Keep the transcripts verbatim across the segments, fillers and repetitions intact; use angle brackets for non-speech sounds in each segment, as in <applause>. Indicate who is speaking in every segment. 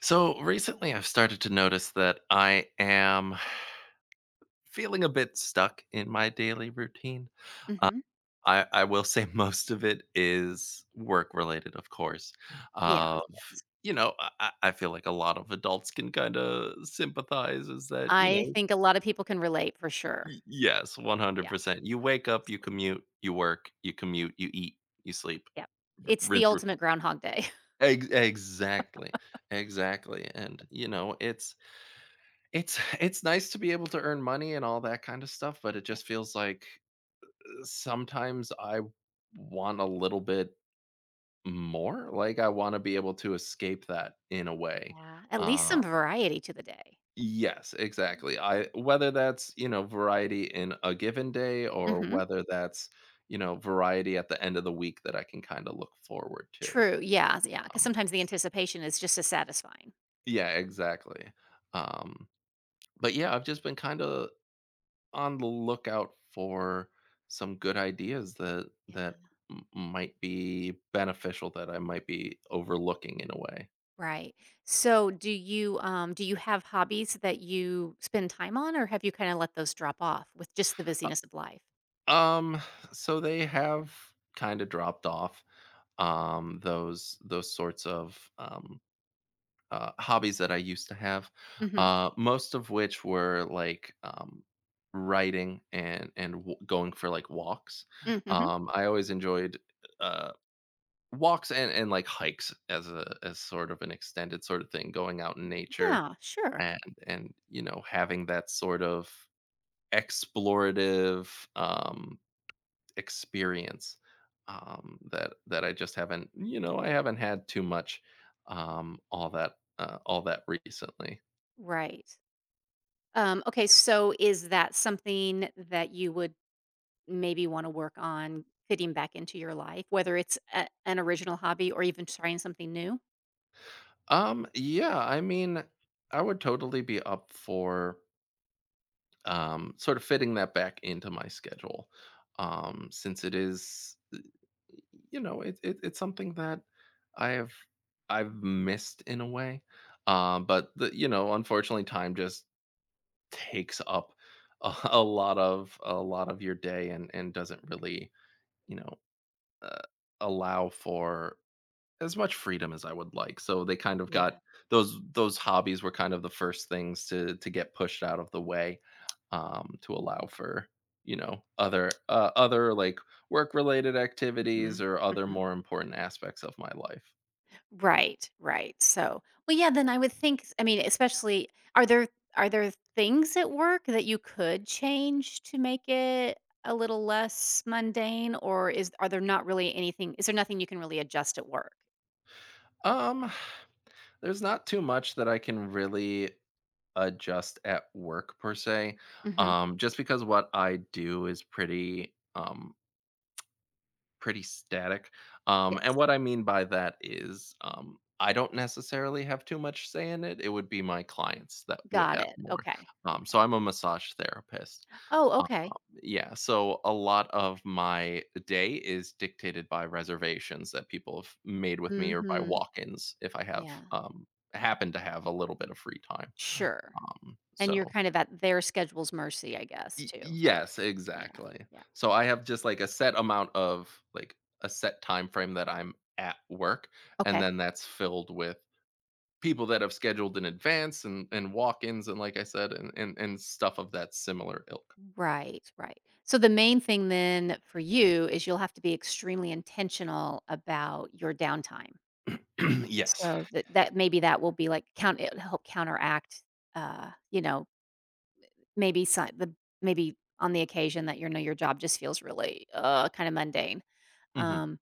Speaker 1: So recently, I've started to notice that I am feeling a bit stuck in my daily routine. Uh,
Speaker 2: Mhm.
Speaker 1: I, I will say <laughs> most of it is work related, of course.
Speaker 2: Yeah, of
Speaker 1: Of
Speaker 2: cou
Speaker 1: you know, I, I I feel like a lot of adults can kind of sympathize. Is that you
Speaker 2: I
Speaker 1: know,
Speaker 2: think a lot of people can relate for sure.
Speaker 1: y- Yes, one hundred
Speaker 2: Yeah,
Speaker 1: percent. You wake up, you
Speaker 2: absolutely.
Speaker 1: commute, you work, you commute, you eat, you sleep,
Speaker 2: Yep.
Speaker 1: r-
Speaker 2: It's the
Speaker 1: rinse, repeat.
Speaker 2: ultimate Groundhog Day. <laughs>
Speaker 1: Ex- Exactly, exactly. And you know, it's It's <laughs> it's nice to be able to earn money and all that kind of stuff, but it
Speaker 2: Yes.
Speaker 1: just feels like uh, sometimes I want a little bit more, like, I wanna be able to escape that in a way.
Speaker 2: Yeah, at least
Speaker 1: Uh
Speaker 2: some variety to the day.
Speaker 1: Yes, exactly. I Whether that's, you know, variety in a given day or
Speaker 2: Mhm.
Speaker 1: whether that's, you know, variety at the end of the week that I can kinda look forward to.
Speaker 2: True, yeah, yeah. Because
Speaker 1: Um
Speaker 2: sometimes the anticipation is just as satisfying.
Speaker 1: Yeah, exactly. Um, but yeah, I've just been kinda on the lookout for some good ideas that that
Speaker 2: Yeah.
Speaker 1: m- might be beneficial that I might be overlooking in a way.
Speaker 2: Right. So, do you, um, do you have hobbies that you spend time on, or have you kinda let those drop off with just the
Speaker 1: Uh,
Speaker 2: busyness of life?
Speaker 1: Um, so they have kind of dropped off um, those those sorts of um, uh, hobbies that I used to have,
Speaker 2: Mhm.
Speaker 1: uh, most of which were like um, writing and and w- going for like walks.
Speaker 2: Mm, mhm.
Speaker 1: Um, I always enjoyed. Uh, Walks and and, like, hikes as a as sort of an extended sort of thing, going out in nature
Speaker 2: Yeah, sure.
Speaker 1: and and, you know, having that sort of explorative, um, experience, um, that that I just haven't you know, I haven't had too much, um, all that, uh, all that recently.
Speaker 2: Right. Um, okay, so is that something that you would maybe wanna work on fitting back into your life, whether it's a an original hobby or even trying something new?
Speaker 1: Um, yeah, I mean, I would totally be up for um, sort of fitting that back into my schedule, um, since it is, uh, you know, it, it it's something that I have I've missed in a way, um, but the, you know, unfortunately, time just takes up a, <laughs> a lot of a lot of your day and and doesn't really you know uh, allow for as much freedom as I would like. So they kind of got
Speaker 2: Yeah.
Speaker 1: those those hobbies were kind of the first things to to get pushed out of the way um to allow for, you know, other uh, other like work related activities
Speaker 2: Mhm,
Speaker 1: or other
Speaker 2: mhm.
Speaker 1: more important aspects of my life.
Speaker 2: Right, right, so well, yeah, then I would think I mean, especially are there are there things at work that you could change to make it a little less mundane, or is are there not really anything, is there nothing you can really adjust at work?
Speaker 1: Um there's not too much that I can really adjust at work per se.
Speaker 2: Mhm,
Speaker 1: Um just because what I do is pretty um pretty static. Um, and
Speaker 2: yes.
Speaker 1: what I mean by that is, um, I don't necessarily have too much say in it. It would be my clients that would
Speaker 2: Got
Speaker 1: have
Speaker 2: it,
Speaker 1: more.
Speaker 2: okay,
Speaker 1: Um,
Speaker 2: okay.
Speaker 1: so I'm a massage therapist.
Speaker 2: Oh,
Speaker 1: Um,
Speaker 2: okay.
Speaker 1: yeah. So a lot of my day is dictated by reservations that people have made with me or by
Speaker 2: Mhm,
Speaker 1: walk ins if I have
Speaker 2: yeah,
Speaker 1: um, happen to have a little bit of free time.
Speaker 2: sure.
Speaker 1: Um,
Speaker 2: And you're
Speaker 1: so
Speaker 2: kind of at their schedule's mercy, I guess,
Speaker 1: Y
Speaker 2: too.
Speaker 1: Yes,
Speaker 2: Yeah,
Speaker 1: exactly.
Speaker 2: yeah.
Speaker 1: So I have just, like, a set amount of like, a set time frame that I'm at work, and
Speaker 2: Okay.
Speaker 1: then that's filled with people that have scheduled in advance and and walk-ins and like I said, and and and stuff of that similar ilk.
Speaker 2: Right, right. So the main thing then for you is you'll have to be extremely intentional about your downtime.
Speaker 1: <clears throat> Yes.
Speaker 2: So that that maybe that will be like count it'll help counteract uh, you know, maybe si- the maybe on the occasion that you know your job just feels really uh kind of mundane.
Speaker 1: Mhm.
Speaker 2: Um,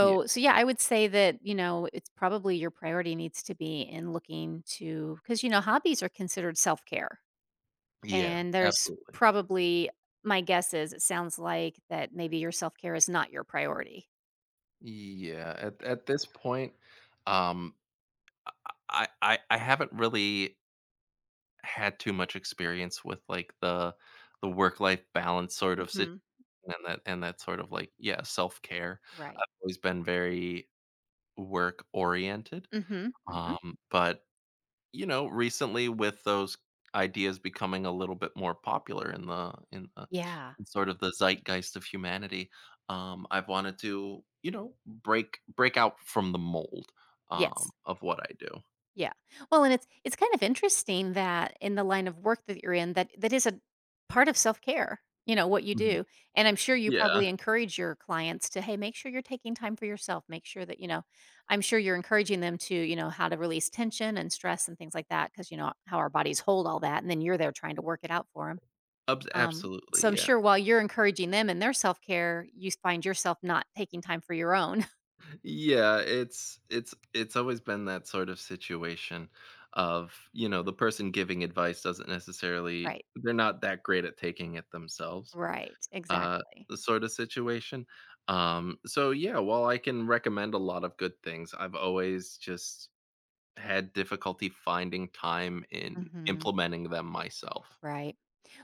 Speaker 1: Yeah.
Speaker 2: so yeah, I would say that, you know, it's probably your priority needs to be in looking to because you know, hobbies are considered self-care.
Speaker 1: Yeah,
Speaker 2: And there's
Speaker 1: absolutely.
Speaker 2: probably, my guess is it sounds like that maybe your self-care is not your priority.
Speaker 1: Yeah, at at this point, um, I I I I haven't really had too much experience with, like, the the work-life balance sort of sit.
Speaker 2: Mhm.
Speaker 1: And that and that sort of like, yeah, self-care.
Speaker 2: Right.
Speaker 1: I've always been very work-oriented,
Speaker 2: Mhm. Mhm.
Speaker 1: um, but, you know, recently with those ideas becoming a little bit more popular in the in the
Speaker 2: Yeah.
Speaker 1: in
Speaker 2: Yeah.
Speaker 1: sort of the zeitgeist of humanity, um, I've wanted to, you know, break break out from the mold, um,
Speaker 2: Yes.
Speaker 1: of what I do.
Speaker 2: Yeah. Well, and it's it's kind of interesting that in the line of work that you're in, that that is a part of self-care, you know, what you
Speaker 1: Mhm.
Speaker 2: do. And I'm sure you
Speaker 1: Yeah,
Speaker 2: probably encourage your clients to, "Hey, make sure you're taking time for yourself. Make sure that, you know," I'm sure you're encouraging them to, you know, how to release tension and stress and things like that because you know how our bodies hold all that and then you're there trying to work it out for them.
Speaker 1: abs
Speaker 2: Um,
Speaker 1: absolutely,
Speaker 2: so I'm
Speaker 1: yeah.
Speaker 2: sure while you're encouraging them in their self-care, you find yourself not taking time for your own. <laughs>
Speaker 1: Yeah, it's it's it's always been that sort of situation of, you know, the person giving advice doesn't necessarily
Speaker 2: Right.
Speaker 1: they're not that great at taking it themselves.
Speaker 2: Right.
Speaker 1: Uh
Speaker 2: Exactly.
Speaker 1: Sort of situation. Um so yeah, while I can recommend a lot of good things, I've always just had difficulty finding time in
Speaker 2: Mhm.
Speaker 1: implementing them myself.
Speaker 2: Right.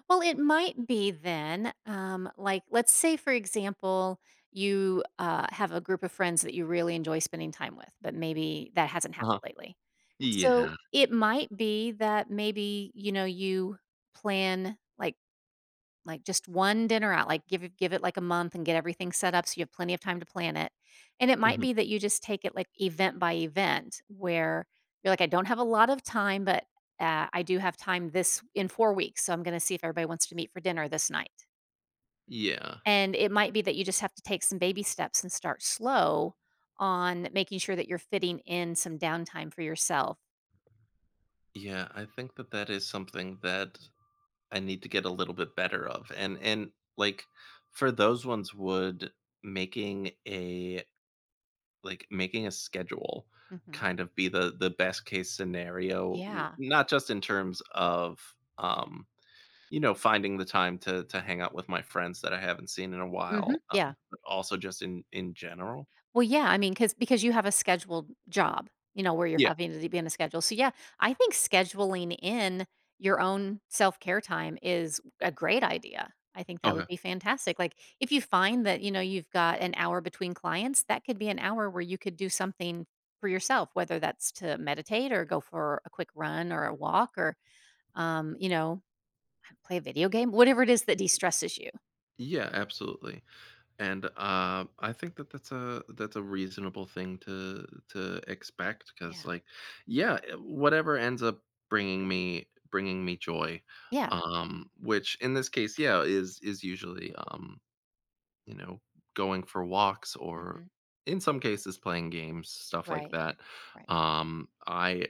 Speaker 2: Well, it might be then. Um, like, let's say, for example, you uh, have a group of friends that you really enjoy spending time with, but maybe that hasn't
Speaker 1: Uh-huh.
Speaker 2: happened lately. So
Speaker 1: Yeah.
Speaker 2: it might be that maybe, you know, you plan like like, just one dinner out, like, give it give it, like, a month and get everything set up so you have plenty of time to plan it, and it might
Speaker 1: Mhm,
Speaker 2: be that you just take it, like, event by event where you're like, "I don't have a lot of time, but, uh, I do have time this in four weeks, so I'm gonna see if everybody wants to meet for dinner this night,"
Speaker 1: yeah.
Speaker 2: and it might be that you just have to take some baby steps and start slow on making sure that you're fitting in some downtime for yourself.
Speaker 1: Yeah, I think that that is something that I need to get a little bit better of. And and like for those ones would making a like making a schedule
Speaker 2: Mhm.
Speaker 1: kind of be the the best case scenario. N-
Speaker 2: Yeah.
Speaker 1: not just in terms of um you know finding the time to to hang out with my friends that I haven't seen in a
Speaker 2: Mhm.
Speaker 1: while um
Speaker 2: Yeah.
Speaker 1: but also just in in general.
Speaker 2: Well, yeah, I mean, because because you have a scheduled job, you know, where you're
Speaker 1: Yeah.
Speaker 2: having to be on a schedule. So, yeah, I think scheduling in your own self-care time is a great idea. I think that
Speaker 1: Okay.
Speaker 2: would be fantastic. Like, if you find that, you know, you've got an hour between clients, that could be an hour where you could do something for yourself, whether that's to meditate or go for a quick run or a walk or, um, you know, play a video game, whatever it is that de-stresses you.
Speaker 1: Yeah, absolutely. And, uh, I think that that's a that's a reasonable thing to to expect because
Speaker 2: Yeah.
Speaker 1: like, yeah, eh, whatever ends up bringing me bringing me joy,
Speaker 2: Yeah.
Speaker 1: um, which in this case, yeah, is is usually, um, you know, going for walks or
Speaker 2: Mhm.
Speaker 1: in some cases playing games, stuff like
Speaker 2: Right.
Speaker 1: that.
Speaker 2: Right.
Speaker 1: Um, I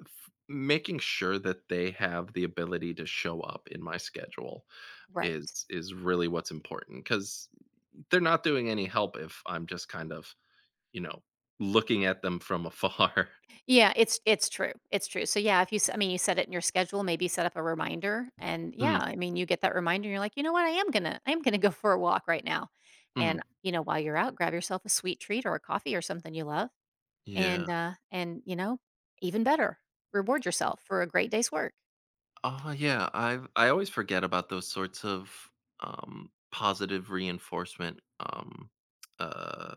Speaker 1: f making sure that they have the ability to show up in my schedule,
Speaker 2: Right.
Speaker 1: is is really what's important because 'cause they're not doing any help if I'm just kind of, you know, looking at them from afar. <laughs>
Speaker 2: Yeah, it's it's true. It's true. So yeah, if you s- I mean you set it in your schedule, maybe set up a reminder and yeah,
Speaker 1: Mhm,
Speaker 2: I mean you get that reminder and you're like, "You know what? I am going to I am going to <laughs> go for a walk right now." And
Speaker 1: mhm.
Speaker 2: you know, while you're out, grab yourself a sweet treat or a coffee or something you love
Speaker 1: Yeah.
Speaker 2: and uh and you know, even better, reward yourself for a great day's work.
Speaker 1: Oh, yeah, I've I always forget about those sorts of, um, positive reinforcement, um, uh,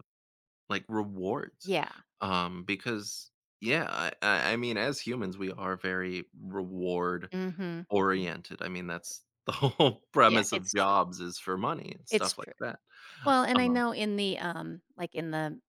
Speaker 1: like, rewards,
Speaker 2: Yeah.
Speaker 1: um, because yeah, I I I mean, as humans, we are very reward
Speaker 2: Mhm. Mhm.
Speaker 1: oriented, I mean, that's the whole <laughs>
Speaker 2: Yeah,
Speaker 1: premise of
Speaker 2: it's true.
Speaker 1: jobs is for money and
Speaker 2: It's
Speaker 1: stuff like
Speaker 2: true.
Speaker 1: that.
Speaker 2: Well, and I
Speaker 1: Um
Speaker 2: know in the um like in the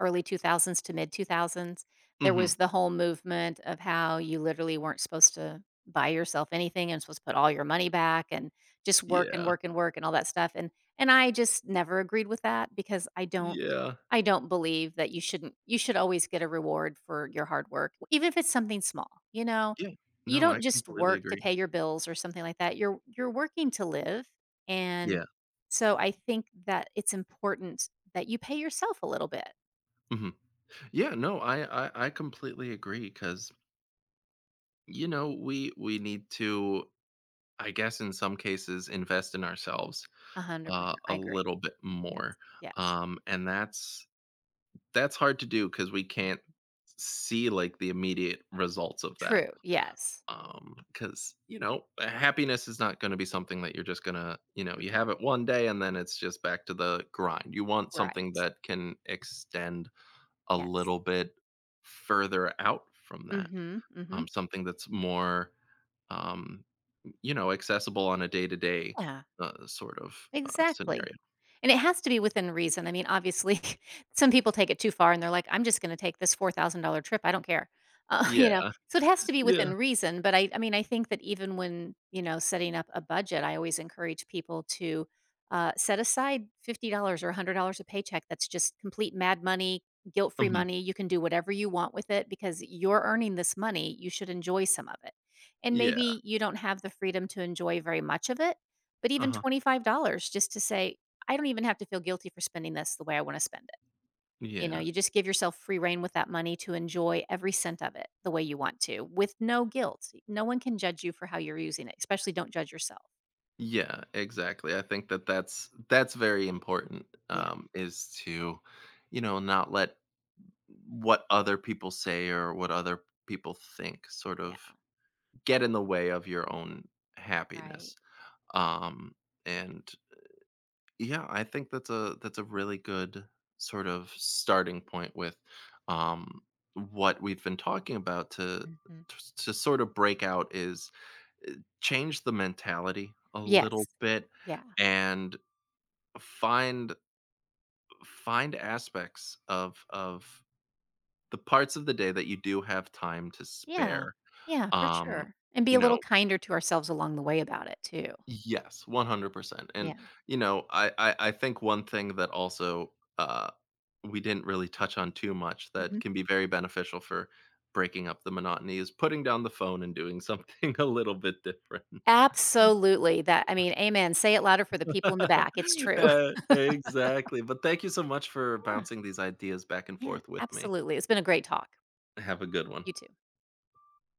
Speaker 2: early two thousands to mid two thousands, there
Speaker 1: Mhm.
Speaker 2: was the whole movement of how you literally weren't supposed to buy yourself anything and supposed to put all your money back and just work and
Speaker 1: Yeah.
Speaker 2: work and work and all that stuff. And and I just never agreed with that because I don't
Speaker 1: Yeah.
Speaker 2: I don't believe that you shouldn't you should always get a reward for your hard work, even if it's something small, you know?
Speaker 1: Yeah.
Speaker 2: You
Speaker 1: No, I
Speaker 2: don't just
Speaker 1: completely
Speaker 2: work to
Speaker 1: agree.
Speaker 2: pay your bills or something like that. You're you're working to live. And
Speaker 1: Yeah.
Speaker 2: so I think that it's important that you pay yourself a little bit
Speaker 1: Mhm. Yeah, no, I I I completely agree, because you know, we we need to, I guess, in some cases, invest in ourselves, uh,
Speaker 2: one hundred percent.
Speaker 1: a
Speaker 2: I agree.
Speaker 1: little bit
Speaker 2: Yes.
Speaker 1: more,
Speaker 2: Yes.
Speaker 1: um, and that's that's hard to do because we can't
Speaker 2: Mm.
Speaker 1: see, like, the immediate results of that.
Speaker 2: True. Yes.
Speaker 1: Um, because you know, happiness is not going to be something that you're just gonna, you know, you have
Speaker 2: Mm-mm.
Speaker 1: it one day and then it's just back to the grind. You want something
Speaker 2: Right.
Speaker 1: that can extend a
Speaker 2: Yes.
Speaker 1: little bit further out from that.
Speaker 2: Mhm.
Speaker 1: Um,
Speaker 2: Mhm.
Speaker 1: something that's more, um, you know, accessible on a day to day,
Speaker 2: Yeah.
Speaker 1: uh, sort of uh,
Speaker 2: Exactly.
Speaker 1: scenario.
Speaker 2: And it has to be within reason. I mean, obviously, <laughs> some people take it too far and they're like, I'm just going to take this four thousand dollars trip. I don't care. Uh, <laughs> you
Speaker 1: Yeah.
Speaker 2: know, so it has to be
Speaker 1: Yeah.
Speaker 2: within reason. But I, I mean, I think that even when, you know, setting up a budget, I always encourage people to uh, set aside fifty dollars or one hundred dollars a paycheck. That's just complete mad money, guilt free
Speaker 1: Hmm.
Speaker 2: money. You can do whatever you want with it because you're earning this money. You should enjoy some of it. And
Speaker 1: Yeah.
Speaker 2: maybe you don't have the freedom to enjoy very much of it but
Speaker 1: Uh
Speaker 2: even
Speaker 1: huh.
Speaker 2: twenty-five dollars just to say, "I don't even have to feel guilty for spending this the way I wanna spend it." You know,
Speaker 1: Yeah.
Speaker 2: you just give yourself free rein with that money to enjoy every cent of it the way you want to with no guilt. No one can judge you for how you're using it, especially don't judge yourself.
Speaker 1: Yeah, exactly. I think that that's that's very important
Speaker 2: Yeah,
Speaker 1: um is to you know not let what other people say or what other people think sort
Speaker 2: yeah,
Speaker 1: of get in the way of your own
Speaker 2: right.
Speaker 1: happiness. Um and Yeah, I think that's a that's a really good sort of starting point with um what we've been talking about to
Speaker 2: Mhm.
Speaker 1: to sort of break out is eh, change the mentality a little
Speaker 2: Yes.
Speaker 1: bit
Speaker 2: Yeah.
Speaker 1: and find find aspects of of the parts of the day that you do have time to
Speaker 2: Yeah.
Speaker 1: spare.
Speaker 2: Yeah, for
Speaker 1: Um,
Speaker 2: sure. And be
Speaker 1: you
Speaker 2: a little
Speaker 1: know
Speaker 2: kinder to ourselves along the way about it too.
Speaker 1: yes, one hundred percent, and,
Speaker 2: Yeah.
Speaker 1: you know, I I I think one thing that also, uh, we didn't really touch on too much that
Speaker 2: Mhm.
Speaker 1: can be very beneficial for breaking up the monotony is putting down the phone and doing something <laughs> a little bit different.
Speaker 2: Absolutely. That, I mean, amen. Say it louder for the people in the
Speaker 1: <laughs>
Speaker 2: back. It's true.
Speaker 1: Yeah,
Speaker 2: <laughs>
Speaker 1: exactly, but thank you so much for
Speaker 2: Yeah,
Speaker 1: bouncing these ideas back and
Speaker 2: yeah,
Speaker 1: forth with me.
Speaker 2: absolutely. It's been a great talk.
Speaker 1: Have a good one.
Speaker 2: You too.